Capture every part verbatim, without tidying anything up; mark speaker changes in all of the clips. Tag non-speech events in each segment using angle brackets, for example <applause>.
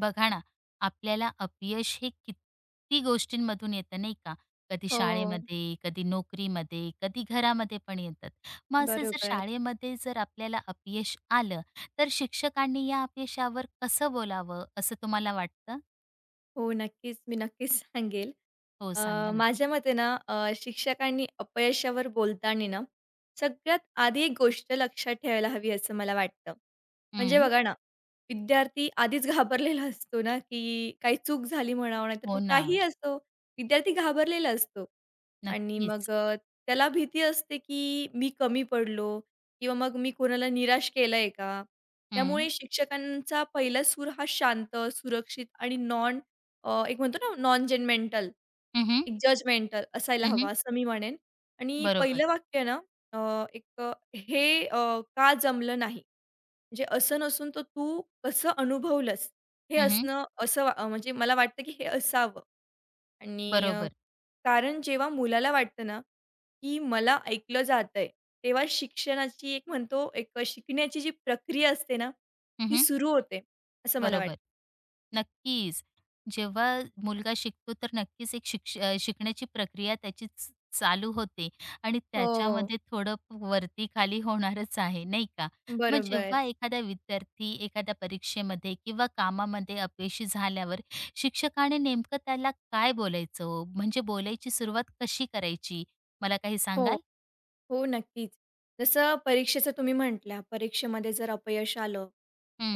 Speaker 1: बघा ना, आपल्याला अपयश हे किती गोष्टींमधून येतं नाही का? कधी
Speaker 2: हो,
Speaker 1: शाळेमध्ये, कधी नोकरीमध्ये, कधी घरामध्ये पण येतात. मग असं जर
Speaker 2: बरोबर.
Speaker 1: शाळेमध्ये जर आपल्याला अपयश आलं, तर शिक्षकांनी या अपयशावर कसं बोलावं असं तुम्हाला वाटतं?
Speaker 2: हो, नक्कीच. मी नक्कीच सांगेल.
Speaker 1: हो,
Speaker 2: अ,
Speaker 1: सांगा ना.
Speaker 2: माझ्या मते ना अ, शिक्षकांनी अपयशावर बोलताना ना, सगळ्यात आधी एक गोष्ट लक्षात ठेवायला हवी असं मला वाटतं. म्हणजे
Speaker 1: हं.
Speaker 2: बघा ना, विद्यार्थी आधीच घाबरलेला असतो ना, की काही चूक झाली म्हणावं नाहीतर
Speaker 1: हो
Speaker 2: मग
Speaker 1: ना.
Speaker 2: काहीही असो, विद्यार्थी घाबरलेला असतो. आणि मग
Speaker 1: नक्कीच.
Speaker 2: अ, त्याला भीती असते, की मी कमी पडलो किंवा मग मी कोणाला निराश केलंय का?
Speaker 1: हं.
Speaker 2: त्यामुळे शिक्षकांचा पहिला सूर हा शांत, सुरक्षित आणि नॉन अ, एक म्हणतो ना नॉन जजमेंटल,
Speaker 1: हं, हं.
Speaker 2: एक जजमेंटल असायला हवा असं मी म्हणेन. आणि
Speaker 1: बरोबर.
Speaker 2: पहिलं वाक्य आहे ना अ, एक अ, हे अ, का जमलं नाही? म्हणजे असं नसून तर तू कसं अनुभवलंस? हे
Speaker 1: हं,
Speaker 2: असणं असं वा- अ, म्हणजे मला वाटतं की हे असावं आणि अ,
Speaker 1: बरोबर.
Speaker 2: कारण जेव्हा मुलाला वाटतं ना, की मला ऐकलं जातंय, तेव्हा शिक्षणाची एक म्हणतो एक शिकण्याची जी प्रक्रिया असते ना, ती
Speaker 1: हं,
Speaker 2: सुरू होते, असं मला
Speaker 1: बरोबर.
Speaker 2: वाटतं.
Speaker 1: नक्कीच. जेव्हा मुलगा शिकतो तर नक्कीच एक शिक्ष अ, शिकण्याची प्रक्रिया त्याची च चालू होते आणि
Speaker 2: हो,
Speaker 1: त्याच्यामध्ये थोडं वरती खाली होणारच आहे, नाही का? मग
Speaker 2: बरोबर.
Speaker 1: जेव्हा एखादा विद्यार्थी एखाद्या परीक्षेमध्ये किंवा कामामध्ये अपयशी झाल्यावर शिक्षकाने नेमकं त्याला काय बोलायचं हो? म्हणजे बोलायची सुरुवात कशी करायची? मला काही
Speaker 2: हो.
Speaker 1: सांगाल?
Speaker 2: हो, नक्कीच. जसं परीक्षेचं तुम्ही म्हटल्या, परीक्षेमध्ये जर अपयश आलं,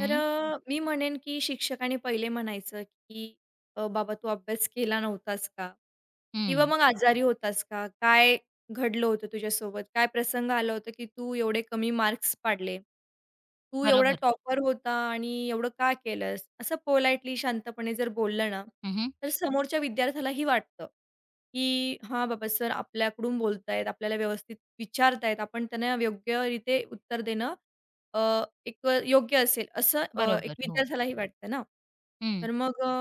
Speaker 2: तर हं. अ, मी म्हणेन की शिक्षकाने पहिले म्हणायचं की "अ, बाबा तू अभ्यास केला नव्हतास का? किंवा
Speaker 1: हं.
Speaker 2: मग हं. आजारी होतास का? काय घडलं होतं तुझ्यासोबत? काय प्रसंग आला होता की तू एवढे कमी मार्क्स पाडले? तू एवढा
Speaker 1: बरोबर.
Speaker 2: टॉपर होता आणि एवढं का केलंस?" असं पोलाइटली शांतपणे जर बोललं ना,
Speaker 1: हं,
Speaker 2: तर समोरच्या विद्यार्थ्यालाही वाटतं. की हां, बाबा सर आपल्याकडून बोलतायत, आपल्याला व्यवस्थित विचारतायत, आपण त्यांना योग्यरीते उत्तर देणं अ, एक योग्य असेल असं अ, एक
Speaker 1: बरोबर. हो.
Speaker 2: विद्यार्थ्यालाही वाटतं ना.
Speaker 1: हं.
Speaker 2: तर मग अ,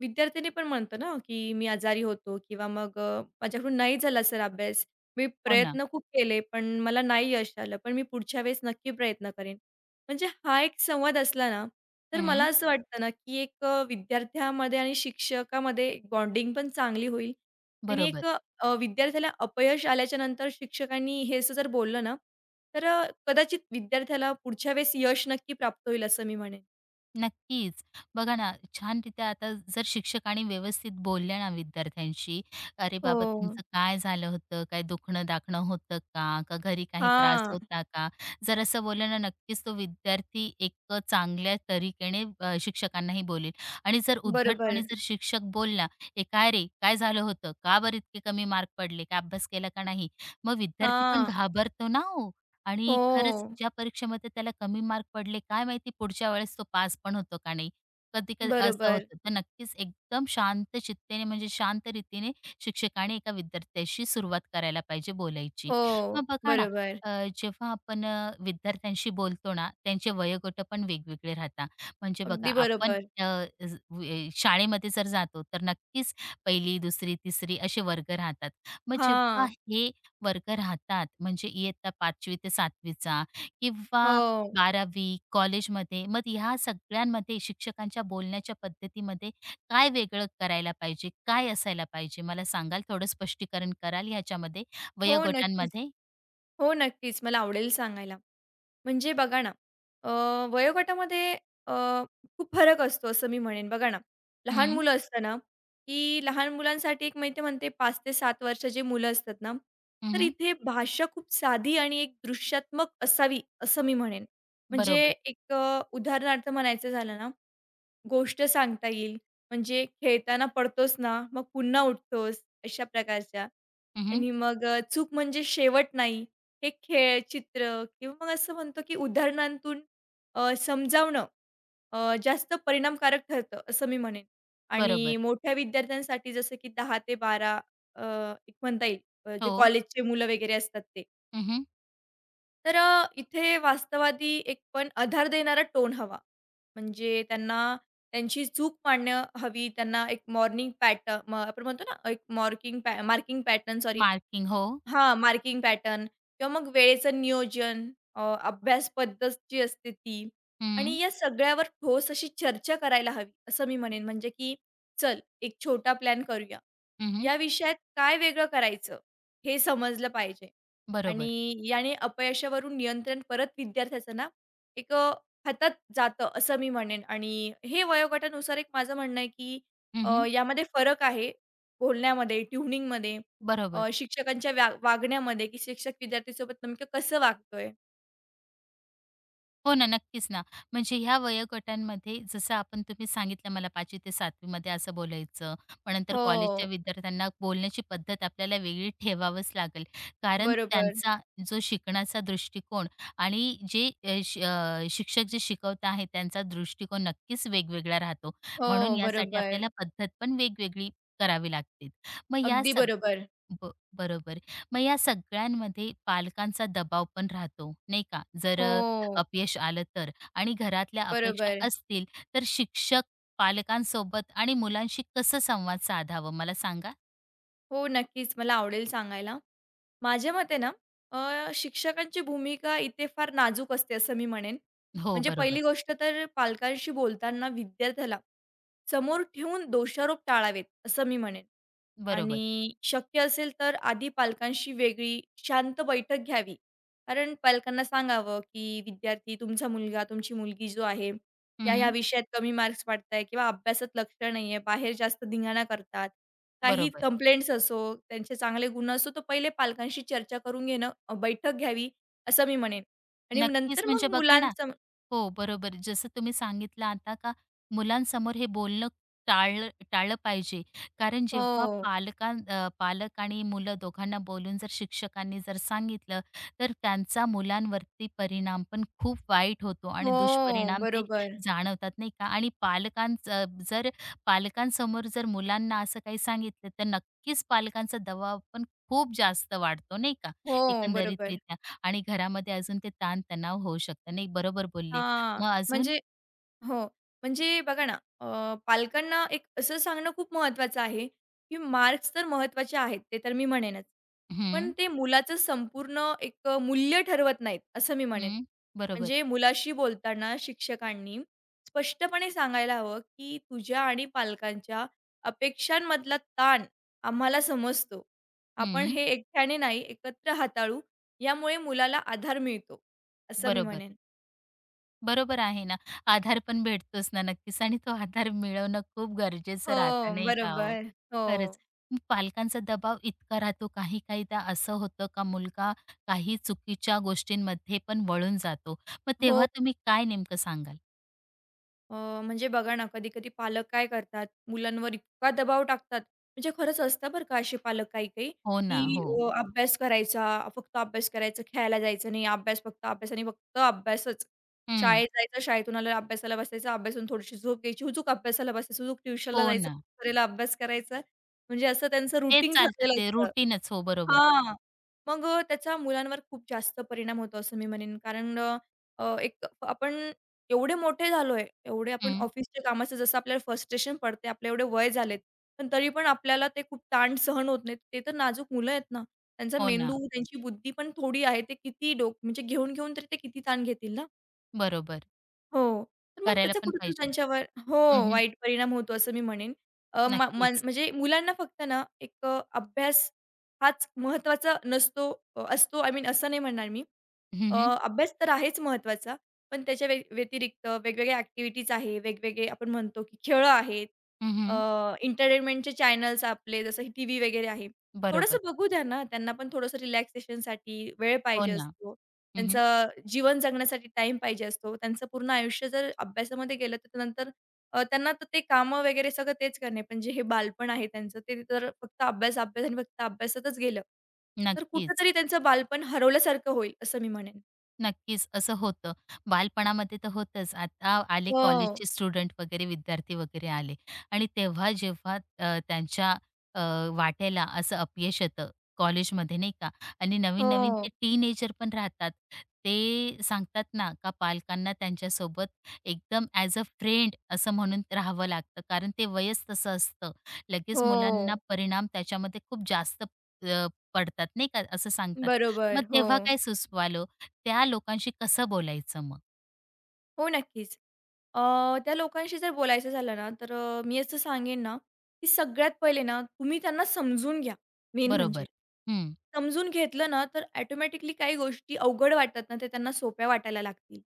Speaker 2: विद्यार्थ्यांनी पण म्हणतो ना, की मी आजारी होतो किंवा मग अ, माझ्याकडून नाही झाला सर अभ्यास. मी
Speaker 1: हो ना.
Speaker 2: प्रयत्न खूप केले, पण मला नाही यश आलं, पण मी पुढच्या वेळेस नक्की प्रयत्न करेन. म्हणजे हा एक संवाद असला ना, तर मला
Speaker 1: हं.
Speaker 2: असं वाटतं ना, की एक अ, विद्यार्थ्यामध्ये आणि शिक्षकामध्ये बॉन्डिंग पण चांगली होईल आणि एक
Speaker 1: बरोबर.
Speaker 2: अ, विद्यार्थ्याला अपयश आल्याच्या नंतर शिक्षकांनी हे असं जर बोललं ना, तर अ, कदाचित विद्यार्थ्याला पुढच्या वेळेस यश नक्की प्राप्त होईल असं मी म्हणेन.
Speaker 1: नक्कीच. बघा ना, छानरीत्या आता जर शिक्षकांनी व्यवस्थित बोलल्या ना विद्यार्थ्यांशी, "अरे बाबा,
Speaker 2: हो.
Speaker 1: तुमचं काय झालं होतं? काय दुखणं-दाखणं होतं का? का घरी काही त्रास
Speaker 2: हां.
Speaker 1: होता का?" जर असं बोललं ना, नक्कीच तो विद्यार्थी एक चांगल्या तरीकेने अ, शिक्षकांनाही बोलेल. आणि जर उद्धटपणे
Speaker 2: बरोबर.
Speaker 1: जर शिक्षक बोलला, "ए, काय रे? काय झालं होतं? का बरं इतके कमी मार्क पडले? काय अभ्यास केला का नाही?" मग विद्यार्थी पण
Speaker 2: हां.
Speaker 1: घाबरतो ना हो. आणि
Speaker 2: हो.
Speaker 1: खरंच ज्या परीक्षेमध्ये त्याला कमी मार्क पडले, काय माहिती पुढच्या वेळेस तो पास पण होतो का नाही. कधी-कधी असं
Speaker 2: बरोबर.
Speaker 1: होतं. तर नक्कीच एकदम शांत चित्तेने म्हणजे शांत रीतीने शिक्षकाने एका विद्यार्थ्याशी सुरुवात करायला पाहिजे बोलायची.
Speaker 2: हो.
Speaker 1: मग बघा ना,
Speaker 2: बरोबर.
Speaker 1: अ, जेव्हा आपण अ, विद्यार्थ्यांशी बोलतो ना, त्यांचे वयोगट पण वेगवेगळे राहतात. म्हणजे बघा
Speaker 2: अगदी
Speaker 1: आपण
Speaker 2: बरोबर.
Speaker 1: अ, ज वे शाळेमध्ये जर जातो, तर नक्कीच पहिली, दुसरी, तिसरी असे वर्ग राहतात. मग जेव्हा
Speaker 2: हां.
Speaker 1: हे वर्ग राहतात. म्हणजे इयत्ता पाचवी ते सातवीचा किंवा
Speaker 2: हो.
Speaker 1: बारावी कॉलेजमध्ये. मग ह्या सगळ्यांमध्ये शिक्षकांच्या बोलण्याच्या पद्धतीमध्ये काय वेगळं करायला पाहिजे? काय असायला पाहिजे? मला सांगाल? थोडं स्पष्टीकरण कराल ह्याच्यामध्ये
Speaker 2: हो, नक्कीच.
Speaker 1: वयोगटांमध्ये?
Speaker 2: हो, नक्कीच. मला आवडेल सांगायला. म्हणजे बघा ना, अ, वयोगटामध्ये अ, खूप फरक असतो असं मी म्हणेन. बघा ना, लहान
Speaker 1: हं,
Speaker 2: मुलं असताना, की लहान मुलांसाठी एक मी म्हणते पाच ते सात जे मुलं असतात ना,
Speaker 1: हं,
Speaker 2: तर
Speaker 1: हं.
Speaker 2: इथे भाषा खूप साधी आणि एक दृश्यात्मक असावी असं मी म्हणेन. म्हणजे
Speaker 1: बरोबर.
Speaker 2: एक अ, उदाहरणार्थ म्हणायचं झालं ना, गोष्ट सांगता येईल. म्हणजे खेळताना पडतोस ना, मग पुन्हा उठतोस, अशा प्रकारच्या.
Speaker 1: हं, हं.
Speaker 2: आणि मग अ, चूक म्हणजे शेवट नाही. हे खेळ, चित्र किंवा मग असं म्हणतो, की उदाहरणांतून अ, समजावणं अ, जास्त परिणामकारक ठरतं, असं मी म्हणेन. आणि
Speaker 1: बरोबर.
Speaker 2: मोठ्या विद्यार्थ्यांसाठी जसं की दहा ते बारा अ, एक म्हणता येईल, अ, जे
Speaker 1: हो.
Speaker 2: कॉलेजचे मुलं वगैरे असतात ते.
Speaker 1: हं,
Speaker 2: तर अ, इथे वास्तवादी एक पण आधार देणारा टोन हवा. म्हणजे त्यांना त्यांची चूक मांडणं हवी. त्यांना एक मॉर्निंग पॅट आपण म्हणतो ना, एक मॉर्किंग पॅ मार्किंग पॅटर्न सॉरी
Speaker 1: मार्किंग. हो.
Speaker 2: हां, मार्किंग पॅटर्न किंवा मग वेळेचं नियोजन, अ, अभ्यास पद्धत जी असते ती
Speaker 1: हं,
Speaker 2: आणि या सगळ्यावर ठोस अशी चर्चा करायला हवी, असं मी म्हणेन. म्हणजे की "चल, एक छोटा प्लॅन करूया.
Speaker 1: हं.
Speaker 2: या विषयात काय वेगळं करायचं?" हे समजलं पाहिजे
Speaker 1: बरोबर.
Speaker 2: आणि याने अपयशावरून नियंत्रण परत विद्यार्थ्याचं ना, एक अ, हातात जातं, असं मी म्हणेन आणि हे वयोगटानुसार एक माझं म्हणणं आहे की अ,
Speaker 1: हं.
Speaker 2: यामध्ये फरक आहे बोलण्यामध्ये, ट्युनिंगमध्ये.
Speaker 1: बरोबर.
Speaker 2: अ, शिक्षकांच्या व्या वागण्यामध्ये, की शिक्षक विद्यार्थीसोबत नेमकं कसं वागतोय.
Speaker 1: हो ना, नक्कीच ना. म्हणजे ह्या वयोगटांमध्ये जसं आपण तुम्ही सांगितलं मला पाचवी ते 7वी मध्ये असं बोलायचं. मग नंतर कॉलेजच्या
Speaker 2: हो,
Speaker 1: विद्यार्थ्यांना बोलण्याची पद्धत आपल्याला वेगळी ठेवावंच लागेल. कारण
Speaker 2: बरोबर.
Speaker 1: त्यांचा जो शिकण्याचा दृष्टिकोन आणि जे अ, श अ, शिक्षक जे शिकवत आहेत त्यांचा दृष्टिकोन नक्कीच वेगवेगळा राहतो. म्हणून
Speaker 2: हो,
Speaker 1: यासाठी
Speaker 2: बरोबर.
Speaker 1: आपल्याला पद्धत पण वेगवेगळी करावी लागते. मग या
Speaker 2: अगदी
Speaker 1: सग
Speaker 2: बरोबर.
Speaker 1: ब बरोबर. मग या सगळ्यांमध्ये पालकांचा दबाव पण राहतो, नाही का? जर अ,
Speaker 2: हो,
Speaker 1: अपयश आलं तर आणि घरातल्या अपेक्षा
Speaker 2: बरोबर.
Speaker 1: असतील, तर शिक्षक पालकांसोबत आणि मुलांशी कसं संवाद साधावं मला सांगा?
Speaker 2: हो, नक्कीच मला आवडेल सांगायला. माझ्या मते ना, अ, शिक्षकांची भूमिका इथे फार नाजूक असते असं मी म्हणेन.
Speaker 1: हो,
Speaker 2: म्हणजे पहिली
Speaker 1: बरोबर.
Speaker 2: गोष्ट तर पालकांशी बोलताना विद्यार्थ्याला समोर ठेवून दोषारोप टाळावेत, असं मी म्हणेन.
Speaker 1: बरोबर.
Speaker 2: आणि शक्य असेल तर आधी पालकांशी वेगळी शांत बैठक घ्यावी. कारण पालकांना सांगावं, की विद्यार्थी तुमचा मुलगा, तुमची मुलगी जो आहे,
Speaker 1: हं,
Speaker 2: ह्या-ह्या
Speaker 1: हं.
Speaker 2: विषयात कमी मार्क्स पाडताय किंवा अभ्यासात लक्ष नाही आहे, बाहेर जास्त धिंगाणा करतात. काही
Speaker 1: बरोबर.
Speaker 2: कंप्लेंट्स असो, त्यांचे चांगले गुण असो, तर पहिले पालकांशी चर्चा करून घेणं अ, बैठक घ्यावी, असं मी म्हणेन. आणि मग
Speaker 1: नक्कीच
Speaker 2: नंतर
Speaker 1: म्हणजे
Speaker 2: मग
Speaker 1: बघा ना
Speaker 2: मुलांचं
Speaker 1: हो, बरोबर. जसं तुम्ही सांगितलं आता का मुलांसमोर हे बोलणं टाळलं टाळलं पाहिजे. कारण जेव्हा
Speaker 2: हो.
Speaker 1: पालकां अ, पालक आणि मुलं दोघांना बोलून जर शिक्षकांनी जर सांगितलं, तर त्यांचा मुलांवरती परिणाम पण खूप वाईट होतो आणि
Speaker 2: हो,
Speaker 1: दुष्परिणाम ते
Speaker 2: बरोबर.
Speaker 1: जाणवतात, नाही का? आणि पालकांचं जर पालकांसमोर जर मुलांना असं काही सांगितलं, तर नक्कीच पालकांचा दबाव पण खूप जास्त वाढतो, नाही का?
Speaker 2: हो, बरोबर.
Speaker 1: एकंदरीतरित्या आणि घरामध्ये अजून ते ताण होऊ शकतं. नाही, बरोबर बोलले.
Speaker 2: हां,
Speaker 1: मग अजून?
Speaker 2: म्हणजे हो. म्हणजे बघा ना, अ, पालकांना एक असं सांगणं खूप महत्त्वाचं आहे, की मार्क्स तर महत्त्वाचे आहेत, ते तर मी म्हणेनच. पण
Speaker 1: हं,
Speaker 2: ते मुलाचं संपूर्ण एक अ, मूल्य ठरवत नाहीत, असं मी म्हणेन.
Speaker 1: हं. बरोबर.
Speaker 2: म्हणजे मुलाशी बोलताना शिक्षकांनी स्पष्टपणे सांगायला हवं, की तुझ्या आणि पालकांच्या अपेक्षांमधला ताण आम्हाला समजतो. आपण
Speaker 1: हं.
Speaker 2: हे एकट्याने नाही, एकत्र हाताळू. यामुळे मुलाला आधार मिळतो, असं मी
Speaker 1: बरोबर.
Speaker 2: म्हणेन.
Speaker 1: बरोबर आहे ना. आधार पण भेटतोच ना नक्कीच आणि तो आधार मिळवणं खूप
Speaker 2: हो,
Speaker 1: गरजेचं राहतं नाही का हो?
Speaker 2: बरोबर. हो.
Speaker 1: खरंच. मग पालकांचा दबाव इतका राहतो काही-काहीदा असं होतं का मुलगा काही चुकीच्या गोष्टींमध्ये पण वळून जातो. मग
Speaker 2: हो.
Speaker 1: तेव्हा तुम्ही काय नेमकं सांगाल?
Speaker 2: अ, म्हणजे बघा ना, कधी-कधी पालक काय करतात, मुलांवर इतका दबाव टाकतात. म्हणजे खरंच असतं बरं का असे पालक काही-काही,
Speaker 1: हो ना.
Speaker 2: की
Speaker 1: हो.
Speaker 2: अ, अभ्यास करायचा, फक्त अभ्यास करायचा, खेळायला जायचं नाही, अभ्यास फक्त अभ्यास आणि फक्त अभ्यासच.
Speaker 1: हं.
Speaker 2: शाळेत जायचं, शाळेतून आल्यावर अभ्यासाला बसायचं, अभ्यासातून थोडीशी झोप घ्यायची, हुजूक अभ्यासाला बसायचं, हुजूक ट्युशनला
Speaker 1: हो
Speaker 2: जायचं,
Speaker 1: ना.
Speaker 2: दुपारीला अभ्यास करायचा. म्हणजे असं त्यांचं
Speaker 1: तेच
Speaker 2: रुटीन
Speaker 1: चालतं
Speaker 2: ठरलेलं
Speaker 1: ते
Speaker 2: असतं.
Speaker 1: रुटीनच. हो, बरोबर.
Speaker 2: हां. मग अ, त्याचा मुलांवर खूप जास्त परिणाम होतो असं मी म्हणेन. कारण अ, अ, एक आपण एवढे मोठे झालोय, एवढे आपण
Speaker 1: हं.
Speaker 2: ऑफिसच्या कामाचं जसं आपल्याला फ्रस्ट्रेशन पडते, आपले एवढे वय झालेत, पण तरी पण आपल्याला ते खूप ताण सहन होत नाहीत. ते तर नाजूक मुलं आहेत ना. त्यांचा
Speaker 1: हो ना.
Speaker 2: मेंदू, त्यांची बुद्धी पण थोडी आहे. ते किती डोक म्हणजे घेऊन, घेऊन तरी ते किती ताण घेतील ना.
Speaker 1: बरोबर.
Speaker 2: हो. तर मग
Speaker 1: करायला
Speaker 2: त्याचा
Speaker 1: पण
Speaker 2: कुठेतरी
Speaker 1: पाहिजे.
Speaker 2: त्यांच्यावर हो,
Speaker 1: हं, हं.
Speaker 2: वाईट परिणाम होतो असं मी म्हणेन. अ, म म
Speaker 1: नक्कीच.
Speaker 2: म्हणजे मुलांना फक्त ना एक अ, अभ्यास हाच महत्त्वाचा नसतो अ, असतो आय मीन असं नाही म्हणणार मी.
Speaker 1: हं,
Speaker 2: अ,
Speaker 1: हं.
Speaker 2: अभ्यास तर आहेच महत्त्वाचा, पण त्याच्या व्य व्यतिरिक्त वेगवेगळ्या ॲक्टिव्हिटीज आहे, वेगवेगळे आपण म्हणतो की खेळं आहेत,
Speaker 1: हं,
Speaker 2: एंटरटेनमेंटचे चॅनल्स आपले जसं की टीव्ही वगैरे आहे. थोडंसं
Speaker 1: बरोबर.
Speaker 2: बघू द्या ना, त्यांना पण थोडंसं रिलॅक्सेशनसाठी वेळ
Speaker 1: हो
Speaker 2: पाहिजे
Speaker 1: ना.
Speaker 2: असतो.
Speaker 1: हं,
Speaker 2: त्यांचं जीवन जगण्यासाठी टाईम पाहिजे असतो. त्यांचं पूर्ण आयुष्य जर अभ्यासामध्ये गेलं, तर नंतर अ, त्यांना तर ते कामं वगैरे सगळं तेच करणे. पण जे हे बालपण आहे त्यांचं, ते तर फक्त अभ्यास, अभ्यास आणि फक्त अभ्यासातच गेलं. तर
Speaker 1: नक्कीच.
Speaker 2: कुठेतरी त्यांचं बालपण हरवल्यासारखं होईल, असं मी म्हणेन.
Speaker 1: नक्कीच, असं होतं. बालपणामध्ये तर होतंच. आता आले
Speaker 2: हो,
Speaker 1: कॉलेजचे स्टुडंट वगैरे, विद्यार्थी वगैरे आले आणि तेव्हा जेव्हा अ, त्यांच्या अ, वाट्याला असं अपयश येतं कॉलेजमध्ये नाही का आणि नवीन-नवीन
Speaker 2: हो,
Speaker 1: ते टीनेजर पण राहतात. ते सांगतात ना, का पालकांना त्यांच्यासोबत एकदम ॲज अ फ्रेंड असं म्हणून राहावं लागतं. कारण ते वयच तसं असतं. लगेच मुलांना
Speaker 2: हो.
Speaker 1: परिणाम त्याच्यामध्ये खूप जास्त अ, पडतात नाही का, असं सांगतात. मग
Speaker 2: बरोबर. हो,
Speaker 1: तेव्हा काय सुचवाल त्या लोकांशी कसं बोलायचं मग.
Speaker 2: हो, नक्कीच. अ, त्या लोकांशी जर बोलायचं झालं ना, तर अ, मी असं सांगेन ना, की सगळ्यात पहिले ना, तुम्ही त्यांना समजून घ्या, मेन म्हणजे.
Speaker 1: बरोबर. हं,
Speaker 2: समजून घेतलं ना, तर ऑटोमॅटिकली काही गोष्टी अवघड वाटतात ना, ते त्यांना सोप्या वाटायला लागतील.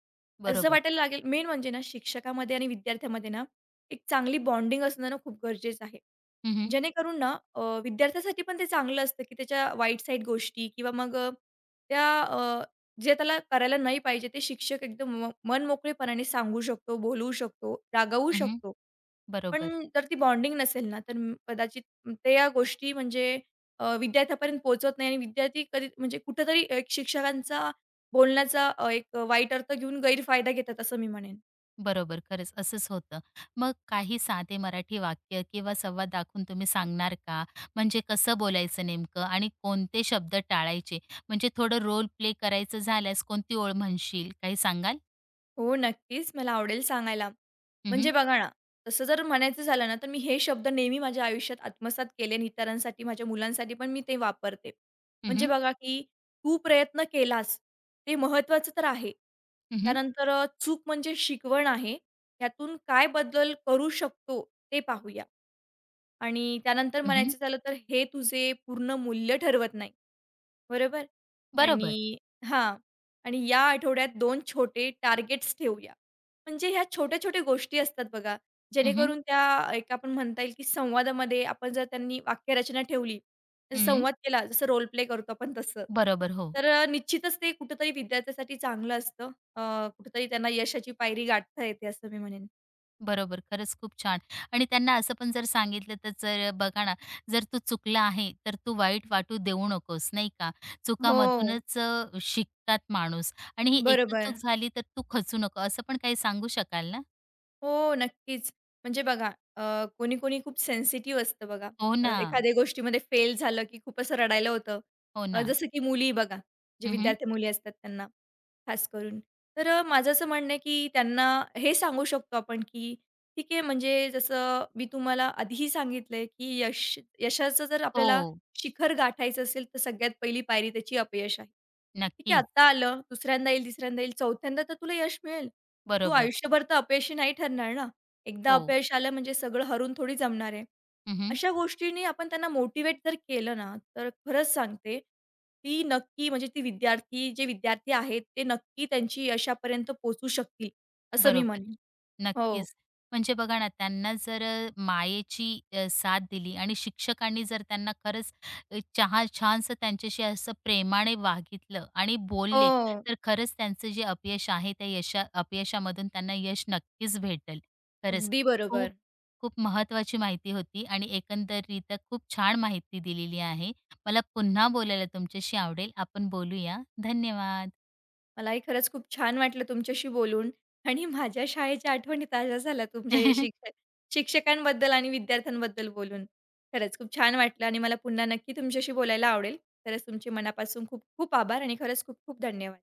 Speaker 2: असं
Speaker 1: बरोबर.
Speaker 2: वाटायला लागेल मेन म्हणजे ना, शिक्षकामध्ये आणि विद्यार्थ्यामध्ये ना, एक चांगली बॉन्डिंग असणं ना, खूप गरजेचं आहे.
Speaker 1: हं, हं.
Speaker 2: जेणेकरून ना अ, विद्यार्थ्यासाठी पण ते चांगलं असतं, की त्याच्या वाईट साईड गोष्टी किंवा मग अ, त्या अ, जे त्याला करायला नाही पाहिजे ते शिक्षक एकदम म मनमोकळेपणाने सांगू शकतो, बोलवू शकतो, रागवू
Speaker 1: हं, हं.
Speaker 2: शकतो.
Speaker 1: बरोबर,
Speaker 2: पण जर ती बॉन्डिंग नसेल ना, तर म- कदाचित म ते या गोष्टी म्हणजे अ, विद्यार्थ्यापर्यंत पोहोचत नाही आणि विद्यार्थी कधी म्हणजे कुठेतरी एक शिक्षकांचा बोलण्याचा अ, एक वाईट अर्थ घेऊन गैरफायदा घेतात असं मी म्हणेन.
Speaker 1: बरोबर. खरंच असंच होतं. मग काही साधे मराठी वाक्य किंवा संवाद दाखवून तुम्ही सांगणार का? म्हणजे कसं बोलायचं नेमकं आणि कोणते शब्द टाळायचे? म्हणजे थोडं रोल प्ले करायचं झाल्यास कोणती ओळ म्हणशील? काही सांगाल?
Speaker 2: हो, नक्कीच. मला आवडेल सांगायला.
Speaker 1: हं,
Speaker 2: म्हणजे
Speaker 1: हं.
Speaker 2: बघा ना, तसं जर म्हणायचं झालं ना, तर मी हे शब्द नेहमी माझ्या आयुष्यात आत्मसात केले आणि इतरांसाठी, माझ्या मुलांसाठी पण मी ते वापरते.
Speaker 1: हं,
Speaker 2: म्हणजे
Speaker 1: हं.
Speaker 2: बघा, की तू प्रयत्न केलास, ते महत्त्वाचं तर आहे.
Speaker 1: हं, हं.
Speaker 2: त्यानंतर अ, चूक म्हणजे शिकवण आहे. त्यातून काय बदल करू शकतो, ते पाहूया. आणि त्यानंतर
Speaker 1: हं,
Speaker 2: म्हणायचं झालं तर हे तुझे पूर्ण मूल्य ठरवत नाही. बरोबर?
Speaker 1: बरोबर.
Speaker 2: आणि हां. आणि या आठवड्यात दोन छोटे टार्गेट्स ठेवूया. म्हणजे ह्या छोट्या-छोट्या गोष्टी असतात बघा,
Speaker 1: हं, हं.
Speaker 2: जेणेकरून त्या एक आपण म्हणता येईल की संवादामध्ये आपण जर त्यांनी वाक्यरचना ठेवली, जर
Speaker 1: हं.
Speaker 2: संवाद केला जसं रोल प्ले करतो आपण तसं.
Speaker 1: बरोबर. हो.
Speaker 2: तर अ, निश्चितच ते कुठेतरी विद्यार्थ्यासाठी चांगलं असतं. अ, कुठेतरी त्यांना यशाची पायरी गाठता येते असं मी म्हणेन.
Speaker 1: बरोबर. खरंच खूप छान. आणि त्यांना असं पण जर सांगितलं तर जर बघा ना, जर तू चुकला आहे, तर तू वाईट वाटू देऊ नकोस, नाही का?
Speaker 2: हो.
Speaker 1: चुकामधूनच अ, शिकतात माणूस आणि ही एकच
Speaker 2: बरोबर.
Speaker 1: चूक झाली तर तू खचू नको, असं पण काही सांगू शकाल ना?
Speaker 2: हो, नक्कीच. म्हणजे बघा अ, कोणी-कोणी खूप सेन्सिटिव्ह असतं बघा.
Speaker 1: हो
Speaker 2: अ,
Speaker 1: ना.
Speaker 2: एखाद्या गोष्टीमध्ये फेल झालं, की खूप असं रडायला होतं.
Speaker 1: हो
Speaker 2: अ,
Speaker 1: ना.
Speaker 2: जसं की मुली बघा, जे
Speaker 1: हं,
Speaker 2: विद्यार्थी मुली असतात त्यांना खास करून. तर अ, माझं असं म्हणणं आहे, की त्यांना हे सांगू शकतो आपण, की ठीक आहे म्हणजे जसं मी तुम्हाला आधीही सांगितलंय, की यश यशाचं जर आपल्याला
Speaker 1: हो.
Speaker 2: शिखर गाठायचं असेल, तर सगळ्यात पहिली पायरी त्याची अपयश आहे. ठीक आहे, आत्ता
Speaker 1: नक्कीच.
Speaker 2: आलं, दुसऱ्यांदा येईल, तिसऱ्यांदा येईल, चौथ्यांदा तर तुला यश मिळेल. तू
Speaker 1: बरोबर.
Speaker 2: आयुष्यभर तर अपयशी नाही ठरणार ना. एकदा
Speaker 1: हो.
Speaker 2: अपयश आलं म्हणजे सगळं हरून थोडी जमणार आहे.
Speaker 1: हं,
Speaker 2: अशा गोष्टींनी आपण त्यांना मोटिवेट जर केलं ना, तर खरंच सांगते, ती नक्की म्हणजे ती विद्यार्थी जे विद्यार्थी आहेत, ते नक्की त्यांची यशापर्यंत पोहोचू शकतील, असं मी
Speaker 1: बरोबर.
Speaker 2: म्हणेन. हो.
Speaker 1: नक्कीच. म्हणजे बघा ना, त्यांना जर अ, मायेची अ, साथ दिली आणि शिक्षकांनी जर त्यांना खरंच अ, चहा छानसं त्यांच्याशी असं प्रेमाने वागितलं आणि बोलले,
Speaker 2: हो.
Speaker 1: तर खरंच त्यांचं जे अपयश आहे, त्या यशा अपयशामधून त्यांना यश नक्कीच भेटेल. खरंच
Speaker 2: अगदी बरोबर.
Speaker 1: खूप, खूप महत्त्वाची माहिती होती आणि एकंदरीत खूप छान माहिती दिलेली आहे. मला पुन्हा बोलायला तुमच्याशी आवडेल. आपण बोलूया. धन्यवाद.
Speaker 2: मलाही खरंच खूप छान वाटलं तुमच्याशी बोलून आणि माझ्या शाळेच्या आठवणी ताज्या झाल्या तुमच्या या
Speaker 1: <laughs>
Speaker 2: शिक्षक शिक्षकांबद्दल आणि विद्यार्थ्यांबद्दल बोलून. खरंच खूप छान वाटलं आणि मला पुन्हा नक्की तुमच्याशी बोलायला आवडेल. खरंच तुमचे मनापासून खूप खूप आभार आणि खरंच खूप खूप धन्यवाद.